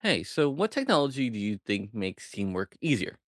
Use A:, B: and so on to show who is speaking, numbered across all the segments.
A: Hey, so what technology do you think makes teamwork easier?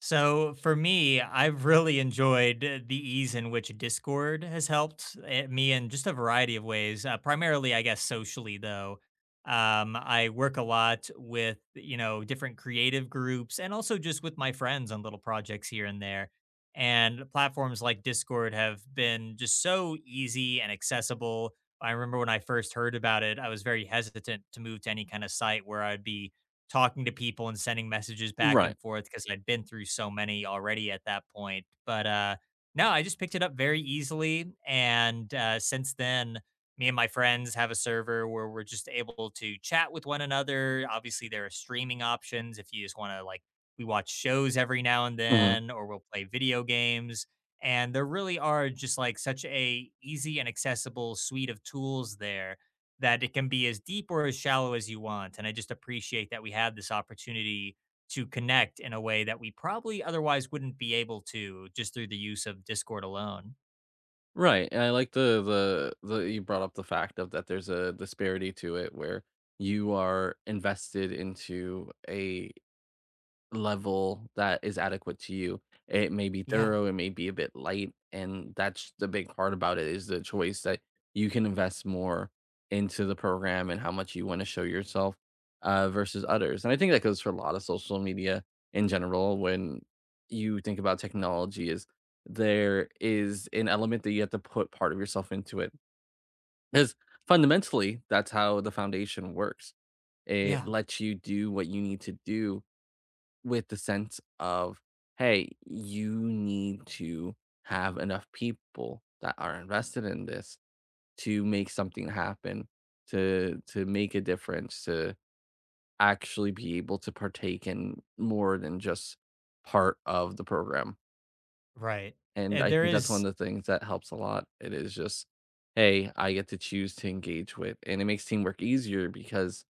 B: So for me, I've really enjoyed the ease in which Discord has helped me in just a variety of ways. Primarily, I guess socially though. I work a lot with different creative groups and also just with my friends on little projects here and there. And platforms like Discord have been just so easy and accessible. I remember when I first heard about it, I was very hesitant to move to any kind of site where I'd be talking to people and sending messages back and
A: Right.
B: forth because I'd been through so many already at that point. But no, I just picked it up very easily. And since then, me and my friends have a server where we're just able to chat with one another. Obviously, there are streaming options if you just want to, like, we watch shows every now and
A: Hmm.
B: then, or we'll play video games. And there really are just like such a easy and accessible suite of tools there that it can be as deep or as shallow as you want. And I just appreciate that we have this opportunity to connect in a way that we probably otherwise wouldn't be able to just through the use of Discord alone.
A: Right. And I like the you brought up the fact of that there's a disparity to it where you are invested into a level that is adequate to you. It may be
B: Yeah.
A: thorough, it may be a bit light, and that's the big part about it is the choice that you can invest more into the program and how much you want to show yourself versus others. And I think that goes for a lot of social media in general. When you think about technology, is there is an element that you have to put part of yourself into it because fundamentally that's how the foundation works. It
B: Yeah.
A: lets you do what you need to do with the sense of, hey, you need to have enough people that are invested in this to make something happen, to make a difference, to actually be able to partake in more than just part of the program.
B: Right.
A: And
B: And
A: I
B: there
A: think that's one
B: is,
A: of the things that helps a lot. It is just, hey, I get to choose to engage with. And it makes teamwork easier because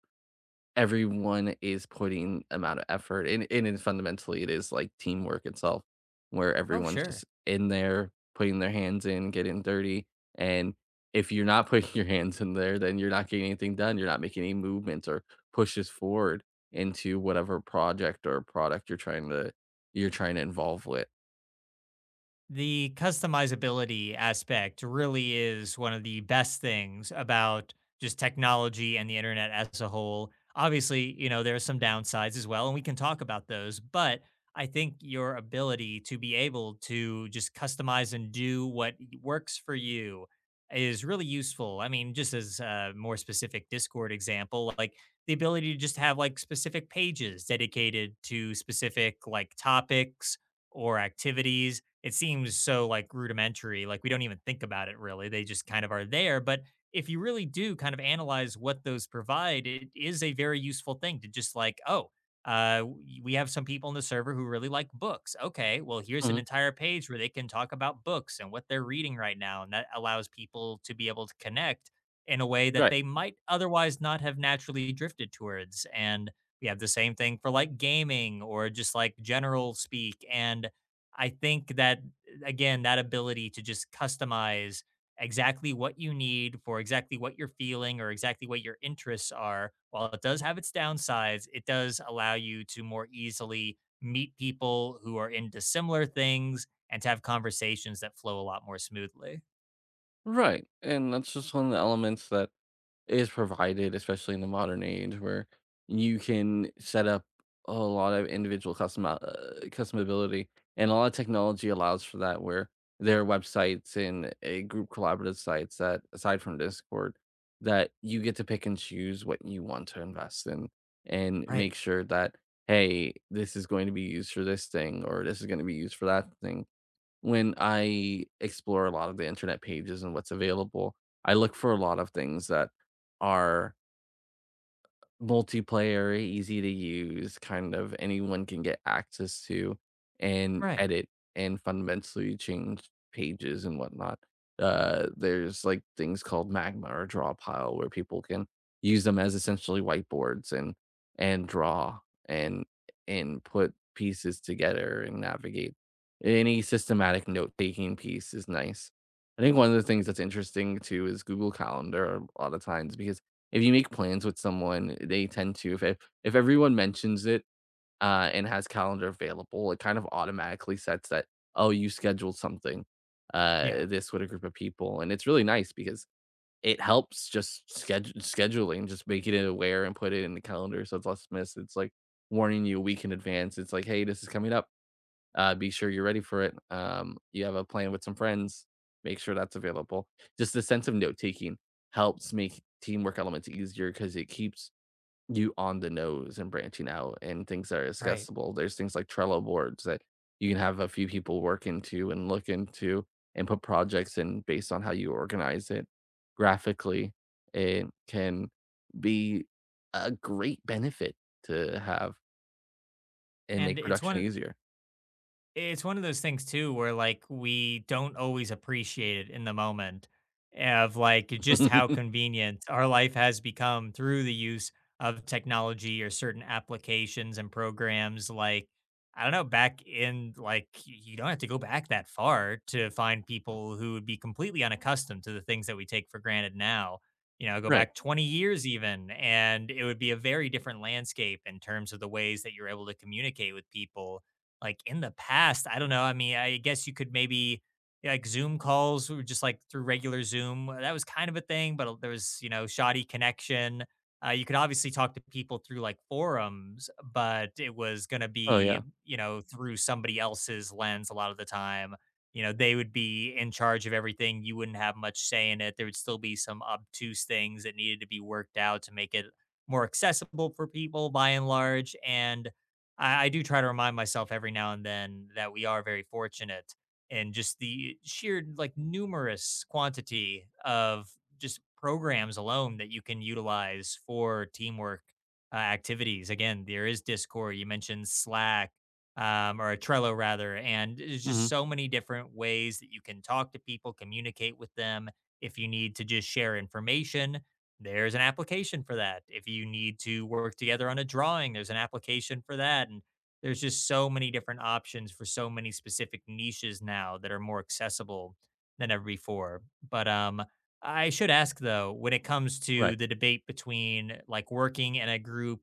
A: everyone is putting amount of effort and then fundamentally it is like teamwork itself where
B: oh,
A: everyone's just
B: sure.
A: in there putting their hands in, getting dirty, and if you're not putting your hands in there, then you're not getting anything done. You're not making any movements or pushes forward into whatever project or product you're trying to involve with.
B: The customizability aspect really is one of the best things about just technology and the internet as a whole. Obviously, you know, there are some downsides as well, and we can talk about those, but I think your ability to be able to just customize and do what works for you is really useful. I mean, just as a more specific Discord example, like the ability to just have like specific pages dedicated to specific like topics or activities it seems so like rudimentary, like we don't even think about it really. They just kind of are there. But if you really do kind of analyze what those provide, it is a very useful thing to just like, oh, we have some people in the server who really like books. Okay, well, here's an
A: Mhm.
B: entire page where they can talk about books and what they're reading right now. And that allows people to be able to connect in a way that
A: Right.
B: they might otherwise not have naturally drifted towards. And we have the same thing for like gaming or just like general speak. And I think that again, that ability to just customize exactly what you need for exactly what you're feeling or exactly what your interests are, while it does have its downsides, it does allow you to more easily meet people who are into similar things and to have conversations that flow a lot more smoothly.
A: Right. And that's just one of the elements that is provided, especially in the modern age where you can set up a lot of individual customability, and a lot of technology allows for that. Where there are websites and a group collaborative sites that, aside from Discord, that you get to pick and choose what you want to invest in, and
B: Right.
A: make sure that, hey, this is going to be used for this thing, or this is going to be used for that thing. When I explore a lot of the internet pages and what's available, I look for a lot of things that are multiplayer, easy to use, kind of anyone can get access to and
B: Right.
A: edit and fundamentally change pages and whatnot. There's like things called Magma or Draw Pile where people can use them as essentially whiteboards and draw and and put pieces together and navigate. Any systematic note taking piece is nice. I think one of the things that's interesting too is Google Calendar a lot of times because if you make plans with someone, they tend to, if everyone mentions it, and has calendar available, it kind of automatically sets that, "Oh, you scheduled something,
B: Yeah.
A: this with a group of people," and it's really nice because it helps just schedule scheduling, just making it aware and put it in the calendar so it's less missed. It's like warning you a week in advance. It's like, "Hey, this is coming up." Be sure you're ready for it. You have a plan with some friends. Make sure that's available. Just the sense of note taking helps make teamwork elements easier because it keeps you on the nose and branching out and things that are
B: Right.
A: accessible. There's things like Trello boards that you can have a few people work into and look into and put projects in based on how you organize it graphically. It can be a great benefit to have and
B: And
A: make production easier.
B: it's one of those things too where like we don't always appreciate it in the moment of like just how convenient our life has become through the use of technology or certain applications and programs like I don't know, back in like you don't have to go back that far to find people who would be completely unaccustomed to the things that we take for granted now. You know go
A: Right.
B: back 20 years even, and it would be a very different landscape in terms of the ways that you're able to communicate with people like in the past. I don't know. I mean, I guess you could maybe, yeah, like Zoom calls were just like through regular Zoom. That was kind of a thing, but there was, shoddy connection. You could obviously talk to people through like forums, but it was going to
A: Oh,
B: be,
A: yeah.
B: through somebody else's lens a lot of the time. You know, they would be in charge of everything. You wouldn't have much say in it. There would still be some obtuse things that needed to be worked out to make it more accessible for people by and large. And I do try to remind myself every now and then that we are very fortunate, and just the sheer like numerous quantity of just programs alone that you can utilize for teamwork activities. Again, there is Discord. You mentioned Slack, or Trello rather, and there's just
A: Mhm.
B: so many different ways that you can talk to people, communicate with them. If you need to just share information, there's an application for that. If you need to work together on a drawing, there's an application for that. And there's just so many different options for so many specific niches now that are more accessible than ever before. But I should ask though, when it comes to
A: Right.
B: the debate between like working in a group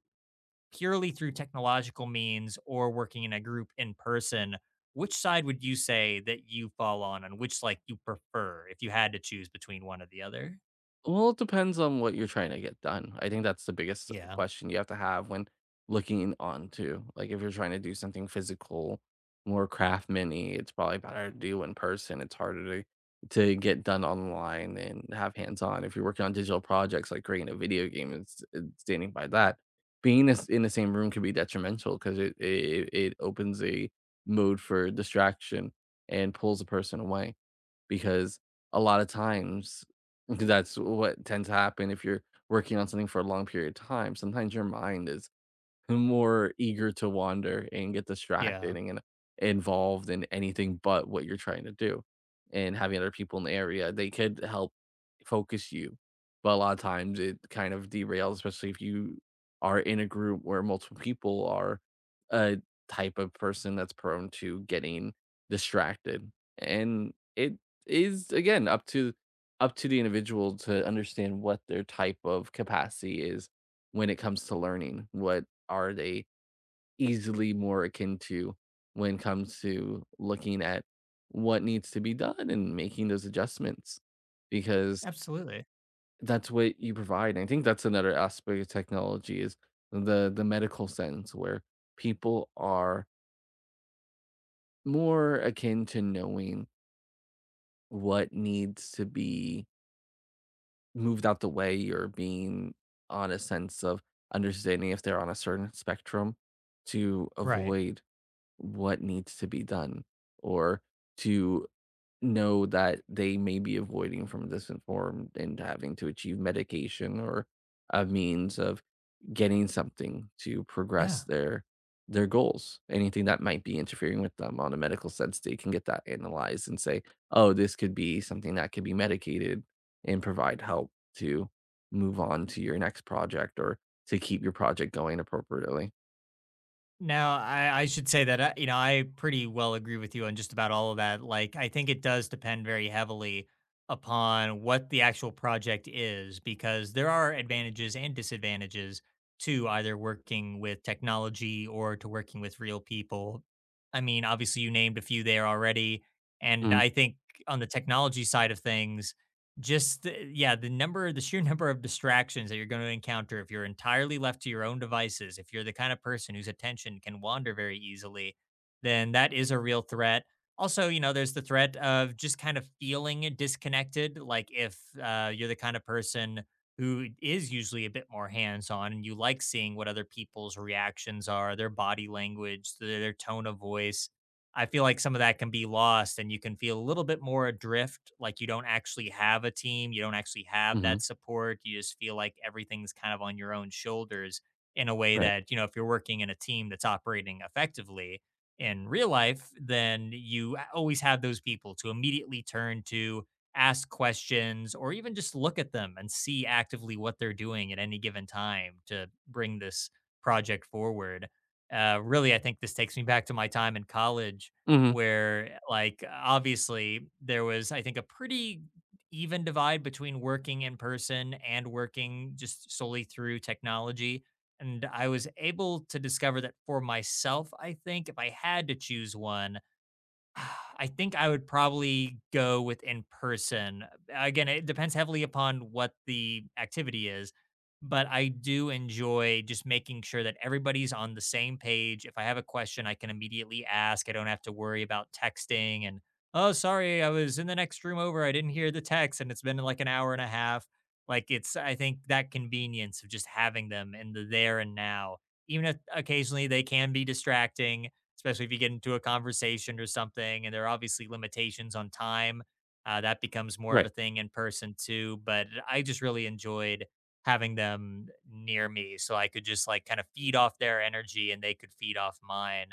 B: purely through technological means or working in a group in person, which side would you say that you fall on and which like you prefer if you had to choose between one or the other?
A: Well, it depends on what you're trying to get done. I think that's the biggest
B: Yeah.
A: question you have to have when looking onto, like, if you're trying to do something physical, more craftsman-y, it's probably better to do in person. It's harder to get done online and have hands-on. If you're working on digital projects like creating a video game, it's s standing by that, being in the same room can be detrimental, 'cause it opens a mode for distraction and pulls a person away. Because a lot of times that's what tends to happen if you're working on something for a long period of time. Sometimes your mind is more eager to wander and get
B: Yeah.
A: distracted and involved in anything but what you're trying to do. And having other people in the area, they could help focus you. But a lot of times it kind of derails, especially if you are in a group where multiple people are a type of person that's prone to getting distracted. And it is again up to the individual to understand what their type of capacity is when it comes to learning, what are they easily more akin to when it comes to looking at what needs to be done and making those adjustments, because
B: Absolutely.
A: that's what you provide. And I think that's another aspect of technology is the medical sense where people are more akin to knowing what needs to be moved out the way, or being on a sense of understanding if they're on a certain spectrum to
B: Right.
A: avoid what needs to be done, or to know that they may be avoiding from this informed and having to achieve medication or a means of getting something to progress
B: Yeah.
A: their goals. Anything that might be interfering with them on a medical sense, they can get that analyzed and say, oh, this could be something that could be medicated, and provide help to move on to your next project, or to keep your project going appropriately.
B: Now, I should say that, I, pretty well agree with you on just about all of that. Like, I think it does depend very heavily upon what the actual project is, because there are advantages and disadvantages to either working with technology or to working with real people. I mean, obviously, you named a few there already. And I think on the technology side of things, Just the yeah, the sheer number of distractions that you're gonna encounter if you're entirely left to your own devices, if you're the kind of person whose attention can wander very easily, then that is a real threat. Also, you know, there's the threat of just kind of feeling disconnected, like if, you're the kind of person who is usually a bit more hands-on and you like seeing what other people's reactions are, their body language, their tone of voice. I feel like some of that can be lost and you can feel a little bit more adrift, like you don't actually have a team, you don't actually have
A: Mm-hmm.
B: that support. You just feel like everything's kind of on your own shoulders in a way
A: Right.
B: that, you know, if you're working in a team that's operating effectively in real life, then you always have those people to immediately turn to, ask questions, or even just look at them and see actively what they're doing at any given time to bring this project forward. Really, I think this takes me back to my time in college
A: Mm-hmm.
B: where, like, obviously there was, I think, a pretty even divide between working in person and working just solely through technology. And I was able to discover that for myself, I think if I had to choose one, I think I would probably go with in person. Again, it depends heavily upon what the activity is, but I do enjoy just making sure that everybody's on the same page. If I have a question, I can immediately ask. I don't have to worry about texting and, oh, sorry, I was in the next room over. I didn't hear the text and it's been like an hour and a half. Like it's, I think that convenience of just having them in the there and now, even if occasionally they can be distracting especially if you get into a conversation or something. And there are obviously limitations on time. That becomes more of
A: Right.
B: a thing in person too. But I just really enjoyed having them near me so I could just like kind of feed off their energy and they could feed off mine.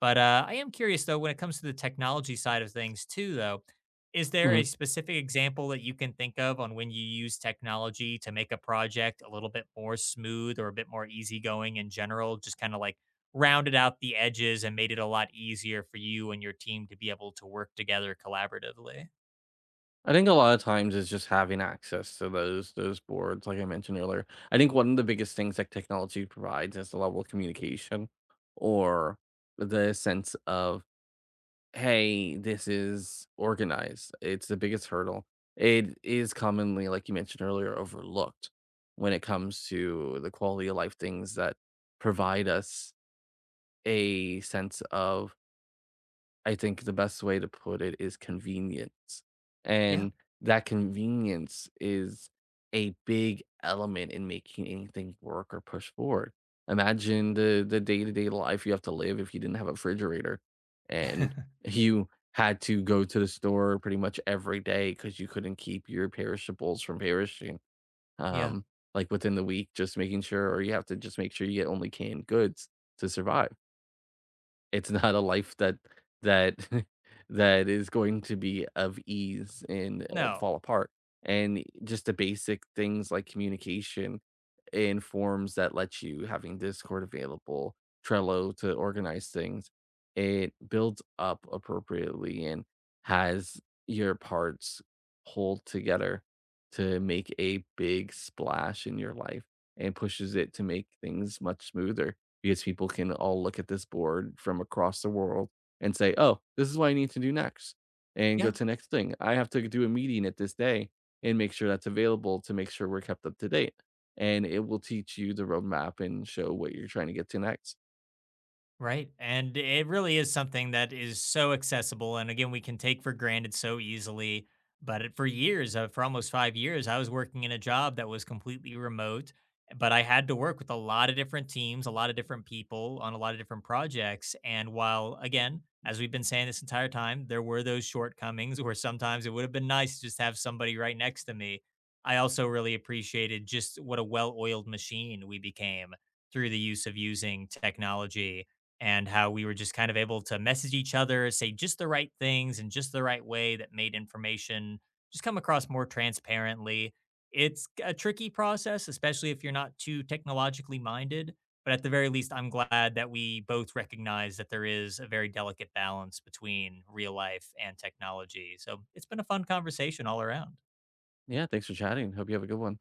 B: But I am curious though, when it comes to the technology side of things too, though, is there a
A: Mhm.
B: specific example that you can think of on when you use technology to make a project a little bit more smooth or a bit more easygoing in general? Just kind of like rounded out the edges and made it a lot easier for you and your team to be able to work together collaboratively.
A: I think a lot of times is just having access to those boards, like I mentioned earlier. I think one of the biggest things that technology provides is the level of communication, or the sense of, hey, this is organized. It's the biggest hurdle. It is commonly, like you mentioned earlier, overlooked when it comes to the quality of life things that provide us a sense of, I think the best way to put it is convenience,
B: Yeah.
A: and that convenience is a big element in making anything work or push forward. Imagine the day-to-day life you have to live if you didn't have a refrigerator and you had to go to the store pretty much every day because you couldn't keep your perishables from perishing,
B: Yeah.
A: um, like, within the week, just making sure, or you have to just make sure you get only canned goods to survive. It's not a life that that is going to be of ease and,
B: No.
A: fall apart, and just the basic things like communication in forms that let you, having Discord available, Trello to organize things, it builds up appropriately and has your parts hold together to make a big splash in your life and pushes it to make things much smoother, because people can all look at this board from across the world and say, "Oh, this is what I need to do next," and go
B: Yeah.
A: to next thing. I have to do a meeting at this day and make sure that's available to make sure we're kept up to date. And it will teach you the roadmap and show what you're trying to get to next.
B: Right. And it really is something that is so accessible. And again, we can take for granted so easily. But it- for years, for almost 5 years, I was working in a job that was completely remote, but I had to work with a lot of different teams, a lot of different people on a lot of different projects. And while, again, as we've been saying this entire time, there were those shortcomings where sometimes it would have been nice to just have somebody right next to me. I also really appreciated just what a well oiled machine we became through the use of using technology and how we were just kind of able to message each other, say just the right things in just the right way that made information just come across more transparently. It's a tricky process, especially if you're not too technologically minded. But at the very least, I'm glad that we both recognize that there is a very delicate balance between real life and technology. So it's been a fun conversation all around.
A: Yeah, thanks for chatting. Hope you have a good one.